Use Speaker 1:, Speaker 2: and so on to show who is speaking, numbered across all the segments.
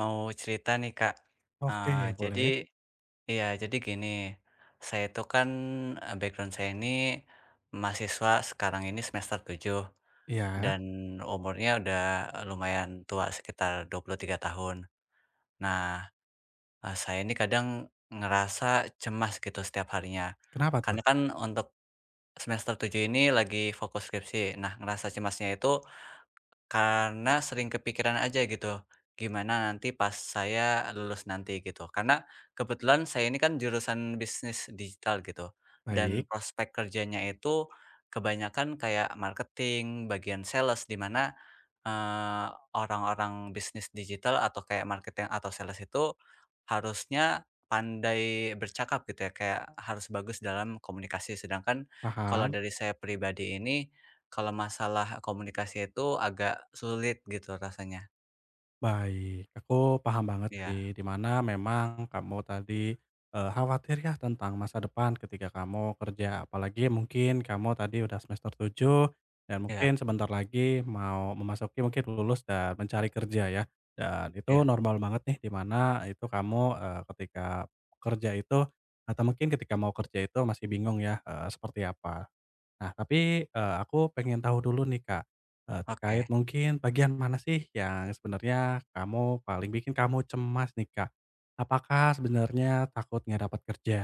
Speaker 1: Mau cerita nih Kak,
Speaker 2: Oke,
Speaker 1: jadi
Speaker 2: boleh.
Speaker 1: iya, jadi gini, saya itu kan, background saya ini mahasiswa sekarang ini semester 7
Speaker 2: Iya,
Speaker 1: dan umurnya udah lumayan tua sekitar 23 tahun. Nah, saya ini kadang ngerasa cemas gitu setiap harinya,
Speaker 2: kenapa
Speaker 1: karena
Speaker 2: tuh?
Speaker 1: kan untuk semester 7 ini lagi fokus skripsi. Nah, ngerasa cemasnya itu karena sering kepikiran aja gitu, gimana nanti pas saya lulus nanti gitu. Karena kebetulan saya ini kan jurusan bisnis digital gitu, dan
Speaker 2: Baik,
Speaker 1: prospek kerjanya itu kebanyakan kayak marketing, bagian sales, di mana Eee, orang-orang bisnis digital atau kayak marketing atau sales itu harusnya pandai bercakap gitu ya, kayak harus bagus dalam komunikasi. Sedangkan kalau
Speaker 2: paham,
Speaker 1: dari saya pribadi ini, kalau masalah komunikasi itu agak sulit gitu rasanya.
Speaker 2: baik. Aku paham banget sih,
Speaker 1: Iya,
Speaker 2: dimana memang kamu tadi khawatir ya tentang masa depan ketika kamu kerja. Apalagi mungkin kamu tadi udah semester 7 dan
Speaker 1: iya,
Speaker 2: mungkin sebentar lagi mau memasuki mungkin lulus dan mencari kerja ya. Dan itu
Speaker 1: iya.
Speaker 2: normal banget nih, dimana itu kamu ketika kerja itu atau mungkin ketika mau kerja itu masih bingung ya seperti apa. Nah, tapi, aku pengen tahu dulu nih, Kak, terkait
Speaker 1: Oke,
Speaker 2: mungkin bagian mana sih yang sebenarnya kamu paling bikin kamu cemas nih, Kak? Apakah sebenarnya takut nggak dapat kerja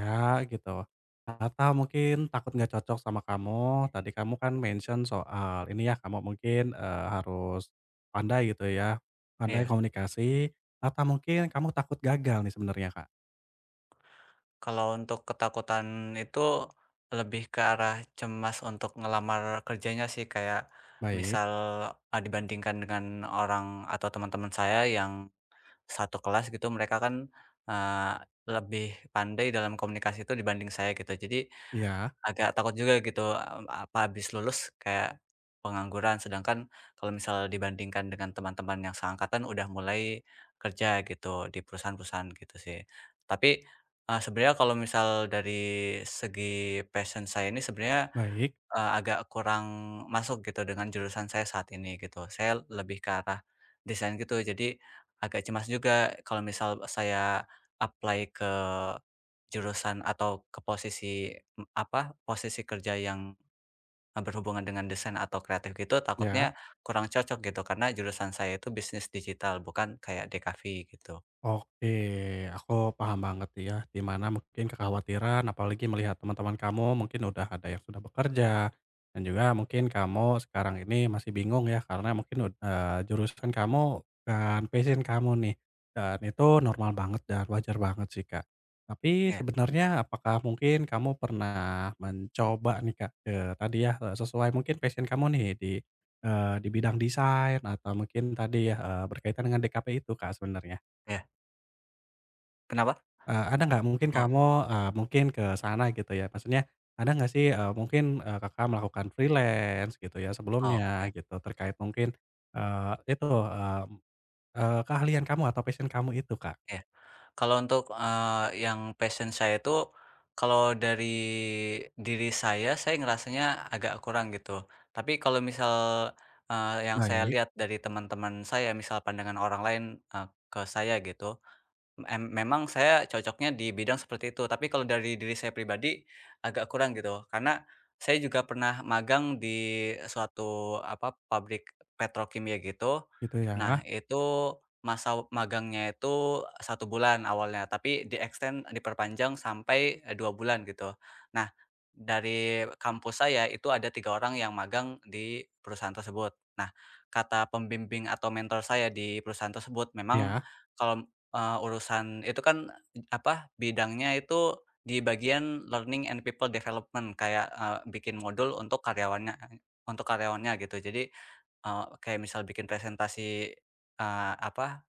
Speaker 2: gitu? Atau mungkin takut nggak cocok sama kamu? Tadi kamu kan mention soal ini ya, kamu mungkin, harus pandai gitu ya, pandai
Speaker 1: iya.
Speaker 2: komunikasi atau mungkin kamu takut gagal nih sebenarnya, Kak?
Speaker 1: Kalau untuk ketakutan itu lebih ke arah cemas untuk ngelamar kerjanya sih, kayak
Speaker 2: Baik,
Speaker 1: misal, dibandingkan dengan orang atau teman-teman saya yang satu kelas gitu mereka kan, eee, lebih pandai dalam komunikasi itu dibanding saya gitu. Jadi
Speaker 2: ya,
Speaker 1: agak takut juga gitu, apa habis lulus kayak pengangguran, sedangkan kalau misal dibandingkan dengan teman-teman yang seangkatan udah mulai kerja gitu di perusahaan-perusahaan gitu sih. Tapi, sebenarnya kalau misal dari segi passion saya ini sebenarnya
Speaker 2: baik,
Speaker 1: Agak kurang masuk gitu dengan jurusan saya saat ini gitu. Saya lebih ke arah desain gitu. Jadi agak cemas juga kalau misal saya apply ke jurusan atau ke posisi, posisi kerja yang berhubungan dengan desain atau kreatif gitu,
Speaker 2: ya.
Speaker 1: takutnya kurang cocok gitu karena jurusan saya itu bisnis digital bukan kayak DKV gitu.
Speaker 2: Oke, aku paham banget ya, di mana mungkin kekhawatiran apalagi melihat teman-teman kamu mungkin udah ada yang sudah bekerja dan juga mungkin kamu sekarang ini masih bingung ya karena mungkin jurusan kamu bukan passion kamu nih, dan itu normal banget dan wajar banget sih, Kak. Tapi
Speaker 1: Ya,
Speaker 2: sebenarnya apakah mungkin kamu pernah mencoba nih, Kak, ke tadi ya, sesuai mungkin passion kamu nih di, di bidang desain atau mungkin tadi ya, berkaitan dengan DKP itu, Kak, sebenarnya?
Speaker 1: ya. Kenapa?
Speaker 2: Ada nggak mungkin
Speaker 1: Oh,
Speaker 2: kamu, mungkin ke sana gitu ya, maksudnya ada nggak sih, mungkin, Kakak melakukan freelance gitu ya sebelumnya
Speaker 1: oke.
Speaker 2: gitu, terkait mungkin, itu, keahlian kamu atau passion kamu itu, Kak?
Speaker 1: Iya. Kalau untuk, yang passion saya itu, kalau dari diri saya ngerasanya agak kurang gitu. Tapi kalau misal, yang saya
Speaker 2: Baik.
Speaker 1: lihat dari teman-teman saya, misal pandangan orang lain, eee, ke saya gitu, memang saya cocoknya di bidang seperti itu, tapi kalau dari diri saya pribadi agak kurang gitu. Karena saya juga pernah magang di suatu, apa, pabrik petrokimia gitu.
Speaker 2: Gitu
Speaker 1: Nah,
Speaker 2: ya.
Speaker 1: itu masa magangnya itu satu bulan awalnya, tapi di-extend, diperpanjang sampai, 2 bulan gitu. Nah, dari kampus saya itu ada 3 orang yang magang di perusahaan tersebut. Nah, kata pembimbing atau mentor saya di perusahaan tersebut, memang
Speaker 2: Iya,
Speaker 1: kalau urusan itu kan, apa, bidangnya itu di bagian learning and people development, kayak, bikin modul untuk karyawannya gitu. Jadi, kayak misal bikin presentasi, eee, apa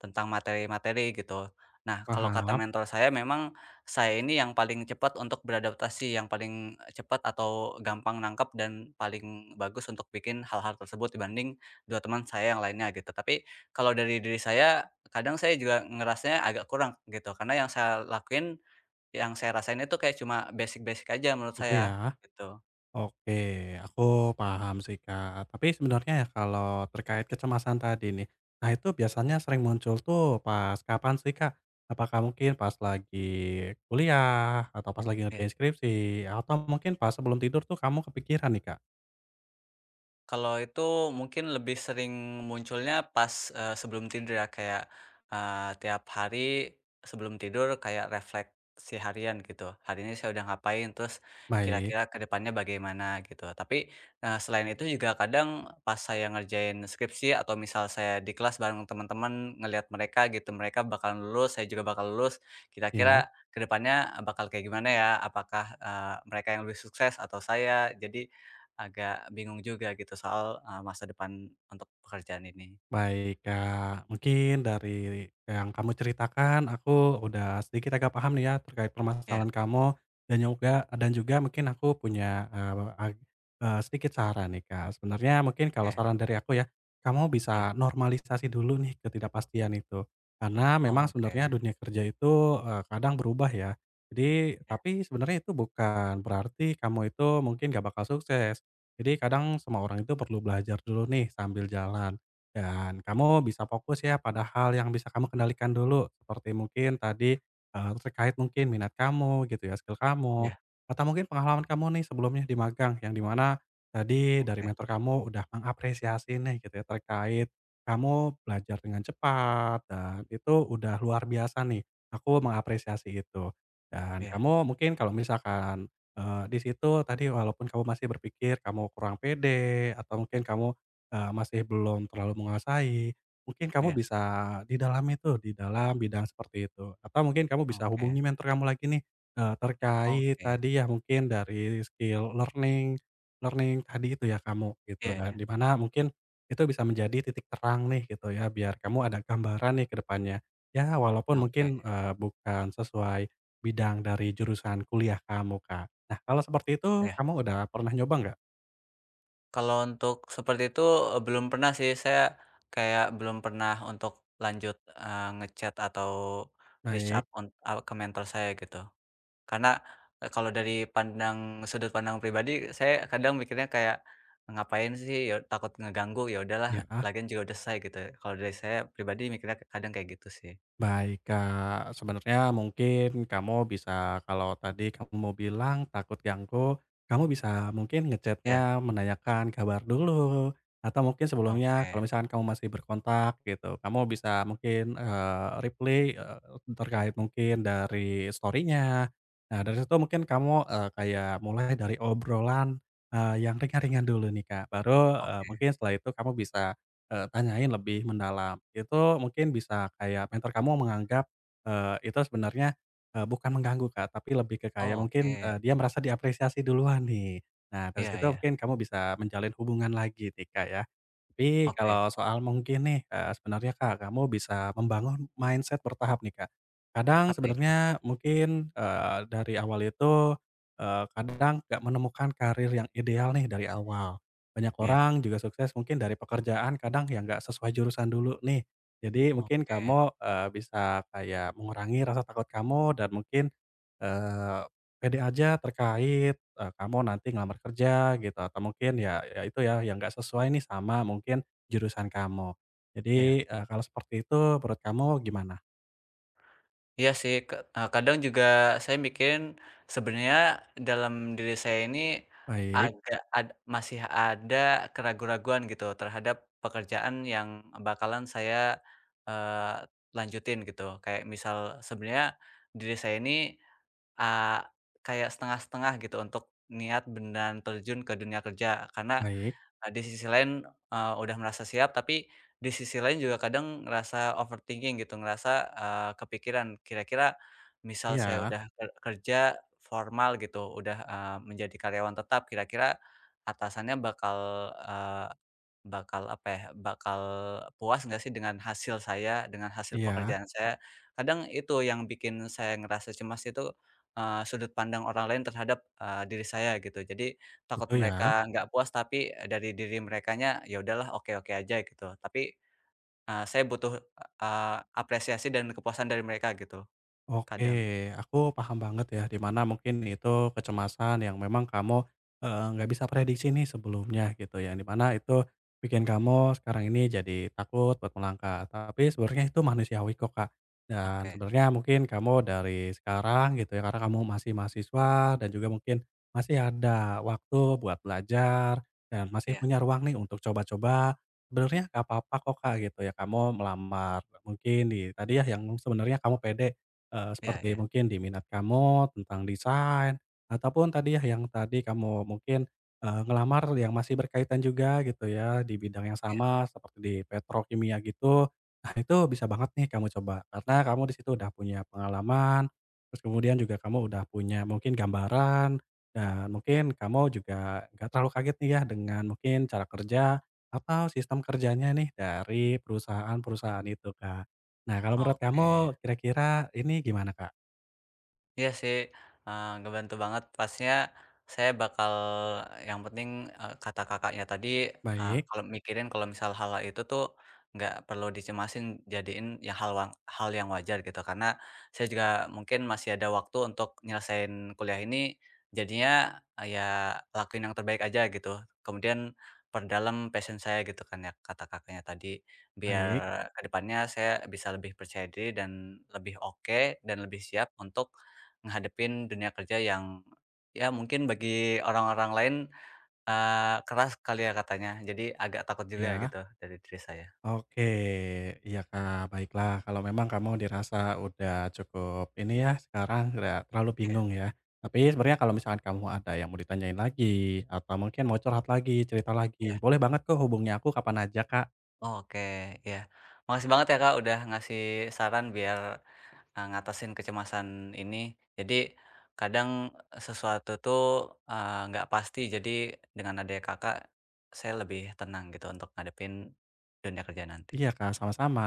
Speaker 1: tentang materi-materi gitu. Nah, kalau kata
Speaker 2: paham,
Speaker 1: mentor saya, memang saya ini yang paling cepat untuk beradaptasi, yang paling cepat atau gampang nangkap dan paling bagus untuk bikin hal-hal tersebut dibanding 2 teman saya yang lainnya gitu. Tapi kalau dari diri saya, kadang saya juga ngerasanya agak kurang gitu, karena yang saya lakuin, yang saya rasain itu kayak cuma basic-basic aja menurut
Speaker 2: gitu
Speaker 1: saya,
Speaker 2: ya.
Speaker 1: gitu.
Speaker 2: Oke, aku paham sih, Kak. Tapi sebenarnya ya kalau terkait kecemasan tadi nih, nah itu biasanya sering muncul tuh pas kapan sih, Kak? Apakah mungkin pas lagi kuliah atau pas lagi
Speaker 1: Iya.
Speaker 2: ngerjain skripsi atau mungkin pas sebelum tidur tuh kamu kepikiran nih, Kak?
Speaker 1: Kalau itu mungkin lebih sering munculnya pas, sebelum tidur ya, kayak, tiap hari sebelum tidur kayak refleksi harian gitu. Hari ini saya udah ngapain, terus
Speaker 2: Baik,
Speaker 1: kira-kira ke depannya bagaimana gitu. Tapi, selain itu juga kadang pas saya ngerjain skripsi atau misal saya di kelas bareng teman-teman ngelihat mereka gitu, mereka bakalan lulus, saya juga bakal lulus,
Speaker 2: ya.
Speaker 1: kira-kira ke depannya bakal kayak gimana ya? Apakah, mereka yang lebih sukses atau saya? Jadi agak bingung juga gitu soal, masa depan untuk pekerjaan ini.
Speaker 2: Baik, Kak. Mungkin dari yang kamu ceritakan aku udah sedikit agak paham nih ya terkait
Speaker 1: Ya,
Speaker 2: permasalahan kamu dan juga mungkin aku punya, sedikit saran nih, Kak. Sebenarnya mungkin kalau
Speaker 1: iya,
Speaker 2: saran dari aku ya, kamu
Speaker 1: iya.
Speaker 2: bisa normalisasi dulu nih ketidakpastian itu. Karena memang sebenarnya
Speaker 1: Oke.
Speaker 2: dunia kerja itu, kadang berubah ya. Jadi
Speaker 1: Ya,
Speaker 2: tapi sebenarnya itu bukan berarti kamu itu mungkin gak bakal sukses. Jadi kadang semua orang itu perlu belajar dulu nih sambil jalan. Dan kamu bisa fokus ya pada hal yang bisa kamu kendalikan dulu, seperti mungkin tadi, terkait mungkin minat kamu gitu ya, skill kamu,
Speaker 1: iya.
Speaker 2: atau mungkin pengalaman kamu nih sebelumnya di magang, yang di mana tadi dari
Speaker 1: Oke.
Speaker 2: mentor kamu udah mengapresiasi nih gitu ya, terkait kamu belajar dengan cepat dan itu udah luar biasa nih, aku mengapresiasi itu. Dan
Speaker 1: Ya,
Speaker 2: kamu mungkin kalau misalkan, di situ tadi walaupun kamu masih berpikir kamu kurang pede atau mungkin kamu masih belum terlalu menguasai, mungkin kamu
Speaker 1: ya.
Speaker 2: bisa didalami tuh, di dalam bidang seperti itu. Atau mungkin kamu bisa hubungi
Speaker 1: Oke,
Speaker 2: mentor kamu lagi nih, terkait
Speaker 1: oke.
Speaker 2: tadi ya mungkin dari skill learning learning tadi itu ya kamu, gitu.
Speaker 1: Ya,
Speaker 2: Dan
Speaker 1: ya.
Speaker 2: di mana mungkin itu bisa menjadi titik terang nih gitu ya, biar kamu ada gambaran nih ke depannya. Ya walaupun
Speaker 1: Oke.
Speaker 2: mungkin, bukan sesuai bidang dari jurusan kuliah kamu, Kak. Nah, kalau seperti itu
Speaker 1: Ya.
Speaker 2: kamu udah pernah nyoba nggak?
Speaker 1: Kalau untuk seperti itu, belum pernah sih. Saya kayak belum pernah untuk lanjut, eee, nge atau reach up
Speaker 2: Baik.
Speaker 1: on, ke mentor saya gitu. Karena, kalau dari sudut pandang pribadi, saya kadang mikirnya kayak, "Ngapain sih? Ya takut ngeganggu, ya udahlah,
Speaker 2: Ya.
Speaker 1: lagian juga udah selesai," gitu. Kalau dari saya pribadi mikirnya kadang kayak gitu sih.
Speaker 2: Baik, Kak. Sebenarnya mungkin kamu bisa kalau tadi kamu mau bilang takut ganggu, kamu bisa mungkin
Speaker 1: Ya,
Speaker 2: ngechatnya menanyakan kabar dulu, atau mungkin sebelumnya kalau
Speaker 1: oke,
Speaker 2: misalkan kamu masih berkontak gitu, kamu bisa mungkin, reply, terkait mungkin dari story-nya. Nah, dari situ mungkin kamu, kayak mulai dari obrolan, yang ringan-ringan dulu nih, Kak. Baru,
Speaker 1: oke.
Speaker 2: mungkin setelah itu kamu bisa tanyain lebih mendalam. Itu mungkin bisa kayak mentor kamu menganggap, itu sebenarnya, bukan mengganggu Kak, tapi lebih ke kayak
Speaker 1: Oh,
Speaker 2: mungkin,
Speaker 1: oke.
Speaker 2: dia merasa diapresiasi duluan nih. Nah dari
Speaker 1: Iya,
Speaker 2: situ
Speaker 1: iya.
Speaker 2: mungkin kamu bisa menjalin hubungan lagi tika ya. Tapi
Speaker 1: Oke.
Speaker 2: kalau soal mungkin nih, sebenarnya Kak kamu bisa membangun mindset bertahap nih Kak. Kadang
Speaker 1: Apa itu?
Speaker 2: sebenarnya mungkin, dari awal itu, kadang nggak menemukan karir yang ideal nih dari awal. Banyak
Speaker 1: Iya,
Speaker 2: orang juga sukses mungkin dari pekerjaan kadang yang nggak sesuai jurusan dulu nih. Jadi mungkin
Speaker 1: oke.
Speaker 2: kamu, bisa kayak mengurangi rasa takut kamu dan mungkin, eee, pede aja terkait, kamu nanti ngelamar kerja gitu atau mungkin ya ya itu ya yang nggak sesuai nih sama mungkin jurusan kamu.
Speaker 1: Iya.
Speaker 2: Jadi, kalau seperti itu menurut kamu gimana?
Speaker 1: Iya sih, kadang juga saya mikirin sebenarnya dalam diri saya ini
Speaker 2: Baik,
Speaker 1: agak ad masih ada keraguan-raguan gitu terhadap pekerjaan yang bakalan saya, eee, lanjutin gitu. Kayak misal sebenarnya diri saya ini, eee, kayak setengah-setengah gitu untuk niat beneran terjun ke dunia kerja. Karena
Speaker 2: baik.
Speaker 1: Nah, di sisi lain, udah merasa siap, tapi di sisi lain juga kadang ngerasa overthinking gitu, ngerasa, kepikiran, kira-kira misal saya
Speaker 2: Iya,
Speaker 1: udah kerja formal gitu, udah, menjadi karyawan tetap, kira-kira atasannya bakal, bakal puas nggak sih dengan hasil saya, dengan hasil
Speaker 2: iya,
Speaker 1: pekerjaan saya. Kadang itu yang bikin saya ngerasa cemas itu, sudut pandang orang lain terhadap, diri saya gitu. Jadi takut
Speaker 2: gitu ya.
Speaker 1: mereka. Mhm. Nggak puas tapi, dari diri merekanya ya udahlah oke-oke aja gitu. Tapi, saya butuh, apresiasi dan kepuasan dari mereka gitu, kadang.
Speaker 2: Oke, aku paham banget ya, di mana mungkin itu kecemasan yang memang kamu, nggak bisa prediksi nih sebelumnya gitu ya, di mana itu bikin kamu sekarang ini jadi takut buat melangkah. Tapi sebenarnya itu manusiawi kok, Kak. Dan
Speaker 1: Oke.
Speaker 2: sebenarnya mungkin kamu dari sekarang gitu ya, karena kamu masih mahasiswa dan juga mungkin masih ada waktu buat belajar dan masih
Speaker 1: Iya.
Speaker 2: punya ruang nih untuk coba-coba, sebenarnya nggak apa-apa kok, Kak, gitu ya, kamu melamar mungkin di tadi ya yang sebenarnya kamu pede
Speaker 1: Iya,
Speaker 2: seperti
Speaker 1: iya.
Speaker 2: mungkin di minat kamu tentang desain, ataupun tadi ya yang tadi kamu mungkin, ngelamar yang masih berkaitan juga gitu ya di bidang yang
Speaker 1: Iya,
Speaker 2: sama seperti di petrokimia gitu. Nah itu bisa banget nih kamu coba, karena kamu di situ udah punya pengalaman, terus kemudian juga kamu udah punya mungkin gambaran, dan
Speaker 1: iya.
Speaker 2: mungkin kamu juga nggak terlalu kaget nih ya dengan mungkin cara kerja atau sistem kerjanya nih dari perusahaan-perusahaan itu, Kak. Nah, kalau menurut kamu
Speaker 1: Oke.
Speaker 2: kira-kira ini gimana, Kak?
Speaker 1: Iya sih, ngebantu banget. Pasnya saya bakal yang penting, kata Kakaknya tadi,
Speaker 2: Baik,
Speaker 1: kalau mikirin kalau misal hal itu tuh nggak perlu dicemasin, jadiin ya hal yang wajar gitu. Karena saya juga mungkin masih ada waktu untuk nyelesain kuliah ini, jadinya, ya lakuin yang terbaik aja gitu. Kemudian perdalam passion saya gitu kan ya, kata Kakaknya tadi. Biar
Speaker 2: baik,
Speaker 1: kedepannya saya bisa lebih percaya diri dan lebih oke dan lebih siap untuk ngadepin dunia kerja yang, ya mungkin bagi orang-orang lain, keras kali ya katanya. Jadi agak takut juga
Speaker 2: ya.
Speaker 1: gitu dari diri saya.
Speaker 2: Oke, iya, Kak, baiklah kalau memang kamu dirasa udah cukup ini ya, sekarang nggak terlalu
Speaker 1: Iya,
Speaker 2: bingung ya. Tapi sebenarnya kalau misalkan kamu ada yang mau ditanyain lagi atau mungkin mau curhat lagi, cerita lagi,
Speaker 1: iya.
Speaker 2: boleh banget kok hubungnya aku kapan aja, Kak.
Speaker 1: Oke, ya. Makasih banget ya Kak udah ngasih saran biar, ngatasin kecemasan ini. Jadi kadang sesuatu tuh, nggak pasti. Jadi dengan adanya Kakak, saya lebih tenang gitu untuk ngadepin dunia kerja
Speaker 2: Iya,
Speaker 1: nanti.
Speaker 2: Kak, sama-sama.